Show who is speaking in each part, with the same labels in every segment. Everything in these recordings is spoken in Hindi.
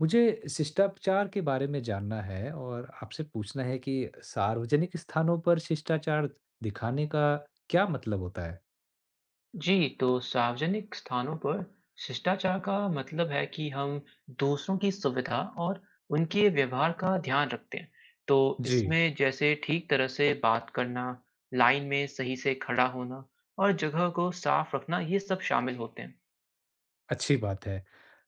Speaker 1: मुझे शिष्टाचार के बारे में जानना है और आपसे पूछना है कि सार्वजनिक स्थानों पर शिष्टाचार दिखाने का क्या मतलब होता है?
Speaker 2: जी, तो सार्वजनिक स्थानों पर शिष्टाचार का मतलब है कि हम दूसरों की सुविधा और उनके व्यवहार का ध्यान रखते हैं। तो
Speaker 1: जी,
Speaker 2: इसमें जैसे ठीक तरह से बात करना, लाइन में सही से खड़ा होना और जगह को साफ रखना ये सब शामिल होते हैं।
Speaker 1: अच्छी बात है।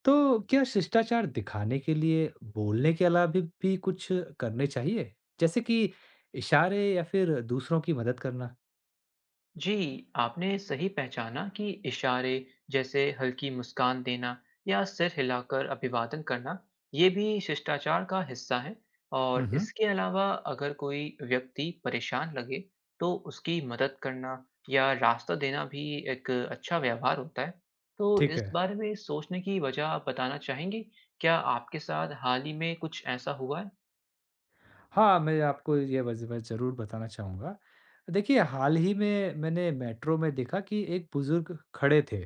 Speaker 1: तो क्या शिष्टाचार दिखाने के लिए बोलने के अलावा भी कुछ करने चाहिए? जैसे कि इशारे या फिर दूसरों की मदद करना?
Speaker 2: जी, आपने सही पहचाना कि इशारे जैसे हल्की मुस्कान देना या सिर हिलाकर अभिवादन करना, ये भी शिष्टाचार का हिस्सा है और
Speaker 1: हम्म हम्म,
Speaker 2: इसके अलावा अगर कोई व्यक्ति परेशान लगे, तो उसकी मदद करना या रास्ता देना भी एक अच्छा व्यवहार होता है। तो
Speaker 1: ठीक
Speaker 2: इस
Speaker 1: है।
Speaker 2: बारे में सोचने की वजह आप बताना चाहेंगे? क्या आपके साथ हाल ही में कुछ ऐसा हुआ है?
Speaker 1: हाँ, मैं आपको मैं ज़रूर बताना चाहूँगा। देखिए, हाल ही में मैंने मेट्रो में देखा कि एक बुजुर्ग खड़े थे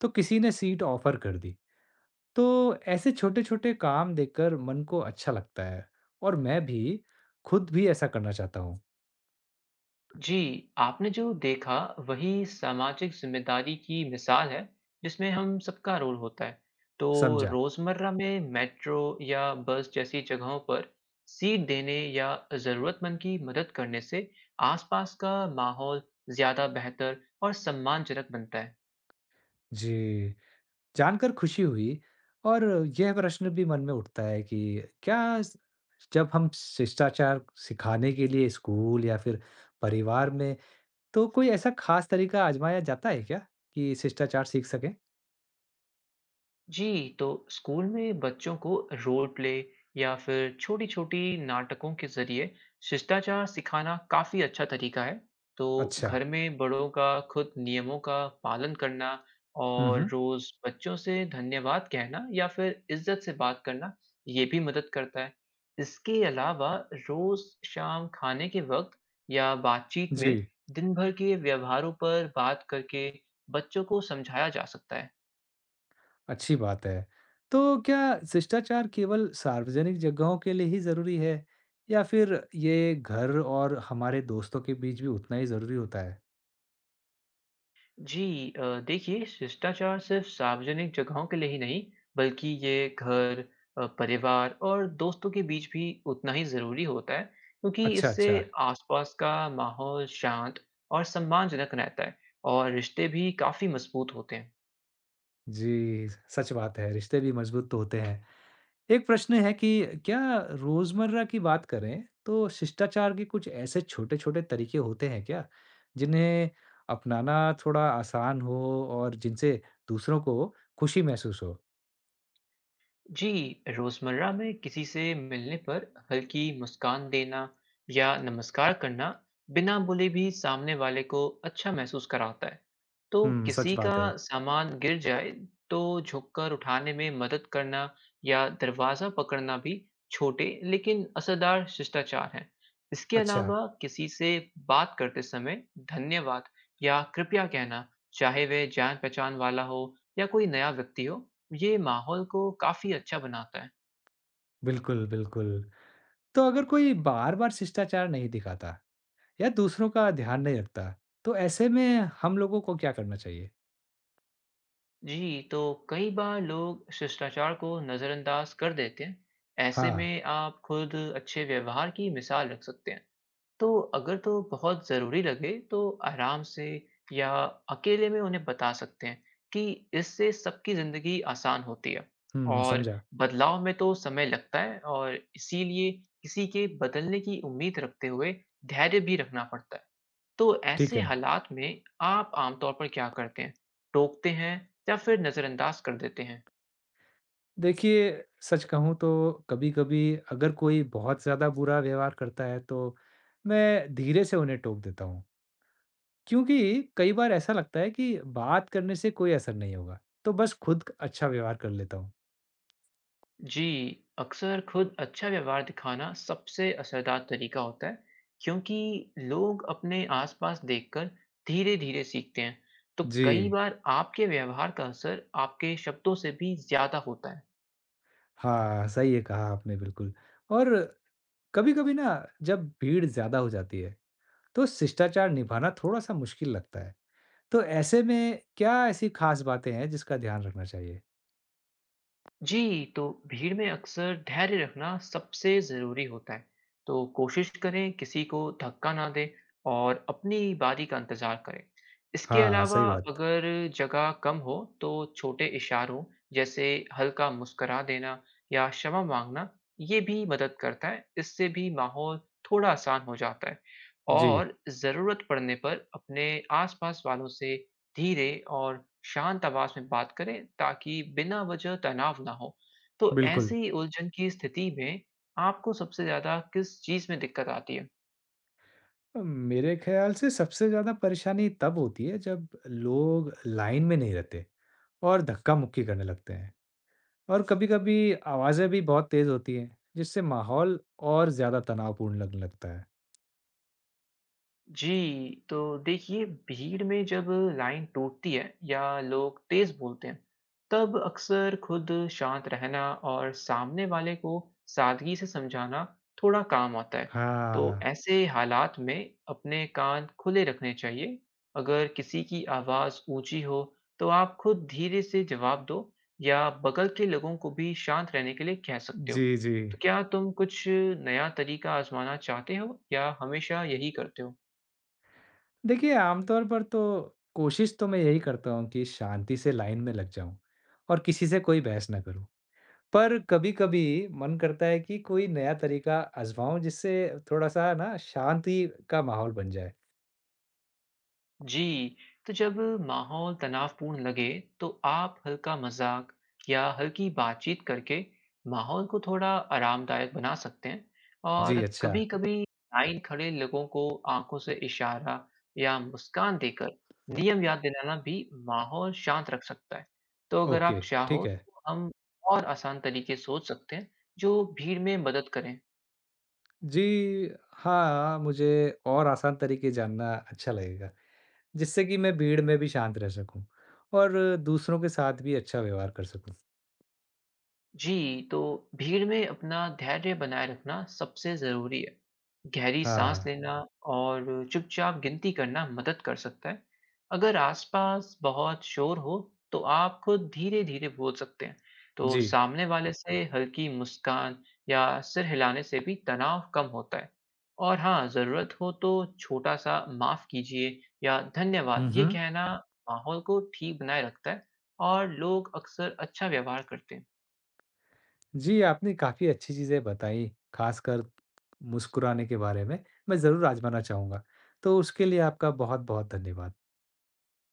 Speaker 1: तो किसी ने सीट ऑफर कर दी तो ऐसे छोटे छोटे काम देखकर मन को अच्छा लगता है और मैं भी खुद भी ऐसा करना चाहता हूँ।
Speaker 2: जी, आपने जो देखा वही सामाजिक ज़िम्मेदारी की मिसाल है, जिसमें हम सबका रोल होता है। तो
Speaker 1: समझा।
Speaker 2: रोज़मर्रा में मेट्रो या बस जैसी जगहों पर सीट देने या ज़रूरतमंद की मदद करने से आसपास का माहौल ज़्यादा बेहतर और सम्मानजनक बनता है।
Speaker 1: जी, जानकर खुशी हुई और यह प्रश्न भी मन में उठता है कि क्या स- जब हम शिष्टाचार सिखाने के लिए स्कूल या फिर परिवार में तो कोई ऐसा खास तरीका आजमाया जाता है क्या कि शिष्टाचार सीख सकें।
Speaker 2: जी, तो स्कूल में बच्चों को रोल प्ले या फिर छोटी-छोटी नाटकों के ज़रिए शिष्टाचार सिखाना काफ़ी अच्छा तरीका है। तो
Speaker 1: अच्छा।
Speaker 2: घर में बड़ों का खुद नियमों का पालन करना और
Speaker 1: हम्म।
Speaker 2: रोज़ बच्चों से धन्यवाद कहना या फिर इज़्ज़त से बात करना, ये भी मदद करता है। इसके अलावा रोज़ शाम खाने के वक़्त या बातचीत
Speaker 1: जी,
Speaker 2: में दिन भर के व्यवहारों पर बात करके बच्चों को समझाया जा सकता है।
Speaker 1: अच्छी बात है। तो क्या शिष्टाचार केवल सार्वजनिक जगहों के लिए ही ज़रूरी है या फिर ये घर और हमारे दोस्तों के बीच भी उतना ही ज़रूरी होता है?
Speaker 2: जी देखिए, शिष्टाचार सिर्फ सार्वजनिक जगहों के लिए ही नहीं, बल्कि ये घर, परिवार और दोस्तों के बीच भी उतना ही जरूरी होता है, क्योंकि
Speaker 1: अच्छा,
Speaker 2: इससे
Speaker 1: अच्छा।
Speaker 2: आसपास का माहौल शांत और सम्मानजनक रहता है और रिश्ते भी काफी मजबूत होते हैं
Speaker 1: जी, सच बात है, रिश्ते भी मज़बूत तो होते हैं। एक प्रश्न है कि क्या रोज़मर्रा की बात करें तो शिष्टाचार के कुछ ऐसे छोटे-छोटे तरीके होते हैं क्या, जिन्हें अपनाना थोड़ा आसान हो और जिनसे दूसरों को खुशी महसूस हो?
Speaker 2: जी, रोज़मर्रा में किसी से मिलने पर हल्की मुस्कान देना या नमस्कार करना बिना बोले भी सामने वाले को अच्छा महसूस कराता है। तो
Speaker 1: हुँ, सच
Speaker 2: किसी का
Speaker 1: बात है।
Speaker 2: सामान गिर जाए तो झुककर उठाने में मदद करना या दरवाज़ा पकड़ना भी छोटे लेकिन असरदार शिष्टाचार हैं। इसके
Speaker 1: अच्छा।
Speaker 2: अलावा किसी से बात करते समय धन्यवाद या कृपया कहना, चाहे वह जान-पहचान वाला हो या कोई नया व्यक्ति हो, ये माहौल को काफी अच्छा बनाता है।
Speaker 1: बिल्कुल, बिल्कुल। तो अगर कोई बार-बार शिष्टाचार नहीं दिखाता या दूसरों का ध्यान नहीं रखता, तो ऐसे में हम लोगों को क्या करना चाहिए?
Speaker 2: जी, तो कई बार लोग शिष्टाचार को नजरअंदाज कर देते हैं। ऐसे
Speaker 1: हाँ।
Speaker 2: में आप खुद अच्छे व्यवहार की मिसाल रख सकते हैं। तो अगर तो बहुत जरूरी लगे, तो आराम से या अकेले में उन्हें बता सकते हैं कि इससे सबकी जिंदगी आसान होती है।
Speaker 1: हुँ,
Speaker 2: और
Speaker 1: समझा,
Speaker 2: बदलाव में तो समय लगता है और इसीलिए किसी के बदलने की उम्मीद रखते हुए धैर्य भी रखना पड़ता है। तो
Speaker 1: ठीक
Speaker 2: ऐसे
Speaker 1: है।
Speaker 2: हालात में आप आमतौर पर क्या करते हैं? टोकते हैं या फिर नज़रअंदाज कर देते हैं?
Speaker 1: देखिए, सच कहूँ तो कभी-कभी अगर कोई बहुत ज़्यादा बुरा व्यवहार करता है, तो मैं धीरे से उन्हें टोक देता हूँ, क्योंकि कई बार ऐसा लगता है कि बात करने से कोई असर नहीं होगा, तो बस खुद अच्छा व्यवहार कर लेता हूँ।
Speaker 2: जी, अक्सर खुद अच्छा व्यवहार दिखाना सबसे असरदार तरीका होता है, क्योंकि लोग अपने आसपास देखकर धीरे-धीरे सीखते हैं। तो कई
Speaker 1: जी,
Speaker 2: बार आपके व्यवहार का असर आपके शब्दों से भी ज़्यादा होता है।
Speaker 1: हाँ, सही है कहा आपने बिल्कुल। और कभी कभी ना, जब भीड़ ज्यादा हो जाती है तो शिष्टाचार निभाना थोड़ा सा मुश्किल लगता है, तो ऐसे में क्या ऐसी खास बातें हैं जिसका ध्यान रखना चाहिए?
Speaker 2: जी, तो भीड़ में अक्सर धैर्य रखना सबसे ज़रूरी होता है। तो कोशिश करें किसी को धक्का ना दें और अपनी बारी का इंतज़ार करें। इसके
Speaker 1: हाँ,
Speaker 2: अलावा
Speaker 1: सही बात।
Speaker 2: अगर जगह कम हो, तो छोटे इशारों जैसे हल्का मुस्करा देना या क्षमा माँगना, ये भी मदद करता है। इससे भी माहौल थोड़ा आसान हो जाता है
Speaker 1: जी,
Speaker 2: और ज़रूरत पड़ने पर अपने आस-पास वालों से धीरे और शांत आवाज में बात करें, ताकि बिना वजह तनाव ना हो तो
Speaker 1: बिल्कुल।
Speaker 2: ऐसी उलझन की स्थिति में आपको सबसे ज्यादा किस चीज में दिक्कत आती है
Speaker 1: मेरे ख्याल से सबसे ज्यादा परेशानी तब होती है जब लोग लाइन में नहीं रहते और धक्का मुक्की करने लगते हैं, और कभी कभी आवाजें भी बहुत तेज होती हैं जिससे माहौल और ज्यादा तनावपूर्ण लगने लगता है।
Speaker 2: जी, तो देखिए, भीड़ में जब लाइन टूटती है या लोग तेज़ बोलते हैं, तब अक्सर खुद शांत रहना और सामने वाले को सादगी से समझाना थोड़ा काम आता है। तो
Speaker 1: हाँ।
Speaker 2: ऐसे हालात में अपने कान खुले रखने चाहिए। अगर किसी की आवाज़ ऊँची हो, तो आप खुद धीरे से जवाब दो या बगल के लोगों को भी शांत रहने के लिए कह सकते हो।
Speaker 1: जी जी।
Speaker 2: तो क्या तुम कुछ नया तरीका आज़माना चाहते हो या हमेशा यही करते हो?
Speaker 1: देखिए, आमतौर पर तो कोशिश तो मैं यही करता हूँ कि शांति से लाइन में लग जाऊँ और किसी से कोई बहस ना करूँ। पर कभी-कभी मन करता है कि कोई नया तरीका आज़माऊँ जिससे थोड़ा-सा ना शांति का माहौल बन जाए।
Speaker 2: जी, तो जब माहौल तनावपूर्ण लगे, तो आप हल्का मज़ाक या हल्की बातचीत करके माहौल को थोड़ा आरामदायक बना सकते हैं और
Speaker 1: जी, अच्छा।
Speaker 2: कभी-कभी लाइन खड़े लोगों को आंखों से इशारा या मुस्कान देकर नियम याद दिलाना भी माहौल शांत रख सकता है। तो अगर आप
Speaker 1: ओके,
Speaker 2: चाहो,
Speaker 1: ठीक है।
Speaker 2: तो हम और आसान तरीके सोच सकते हैं, जो भीड़ में मदद करें।
Speaker 1: जी, हाँ, मुझे और आसान तरीके जानना अच्छा लगेगा, जिससे कि मैं भीड़ में भी शांत रह सकूँ और दूसरों के साथ भी अच्छा व्यवहार कर सकूँ।
Speaker 2: जी, तो भीड़ में अपना धैर्य बनाए रखना सबसे ज़रूरी है। गहरी सांस
Speaker 1: हाँ,
Speaker 2: लेना और चुपचाप गिनती करना मदद कर सकता है। अगर आसपास बहुत शोर हो, तो आप खुद धीरे-धीरे बोल सकते हैं। तो
Speaker 1: जी।
Speaker 2: सामने वाले से हल्की मुस्कान या सिर हिलाने से भी तनाव कम होता है। और हाँ, ज़रूरत हो तो छोटा-सा माफ़ कीजिए या
Speaker 1: हुँ,
Speaker 2: धन्यवाद, ये
Speaker 1: हुँ।
Speaker 2: कहना माहौल को ठीक बनाए रखता है और लोग अक्सर अच्छा व्यवहार करते हैं।
Speaker 1: जी, आपने काफ़ी अच्छी चीज़ें बताई, ख़ासकर मुस्कुराने के बारे में। मैं ज़रूर आज़माना चाहूँगा। तो उसके लिए आपका बहुत-बहुत धन्यवाद।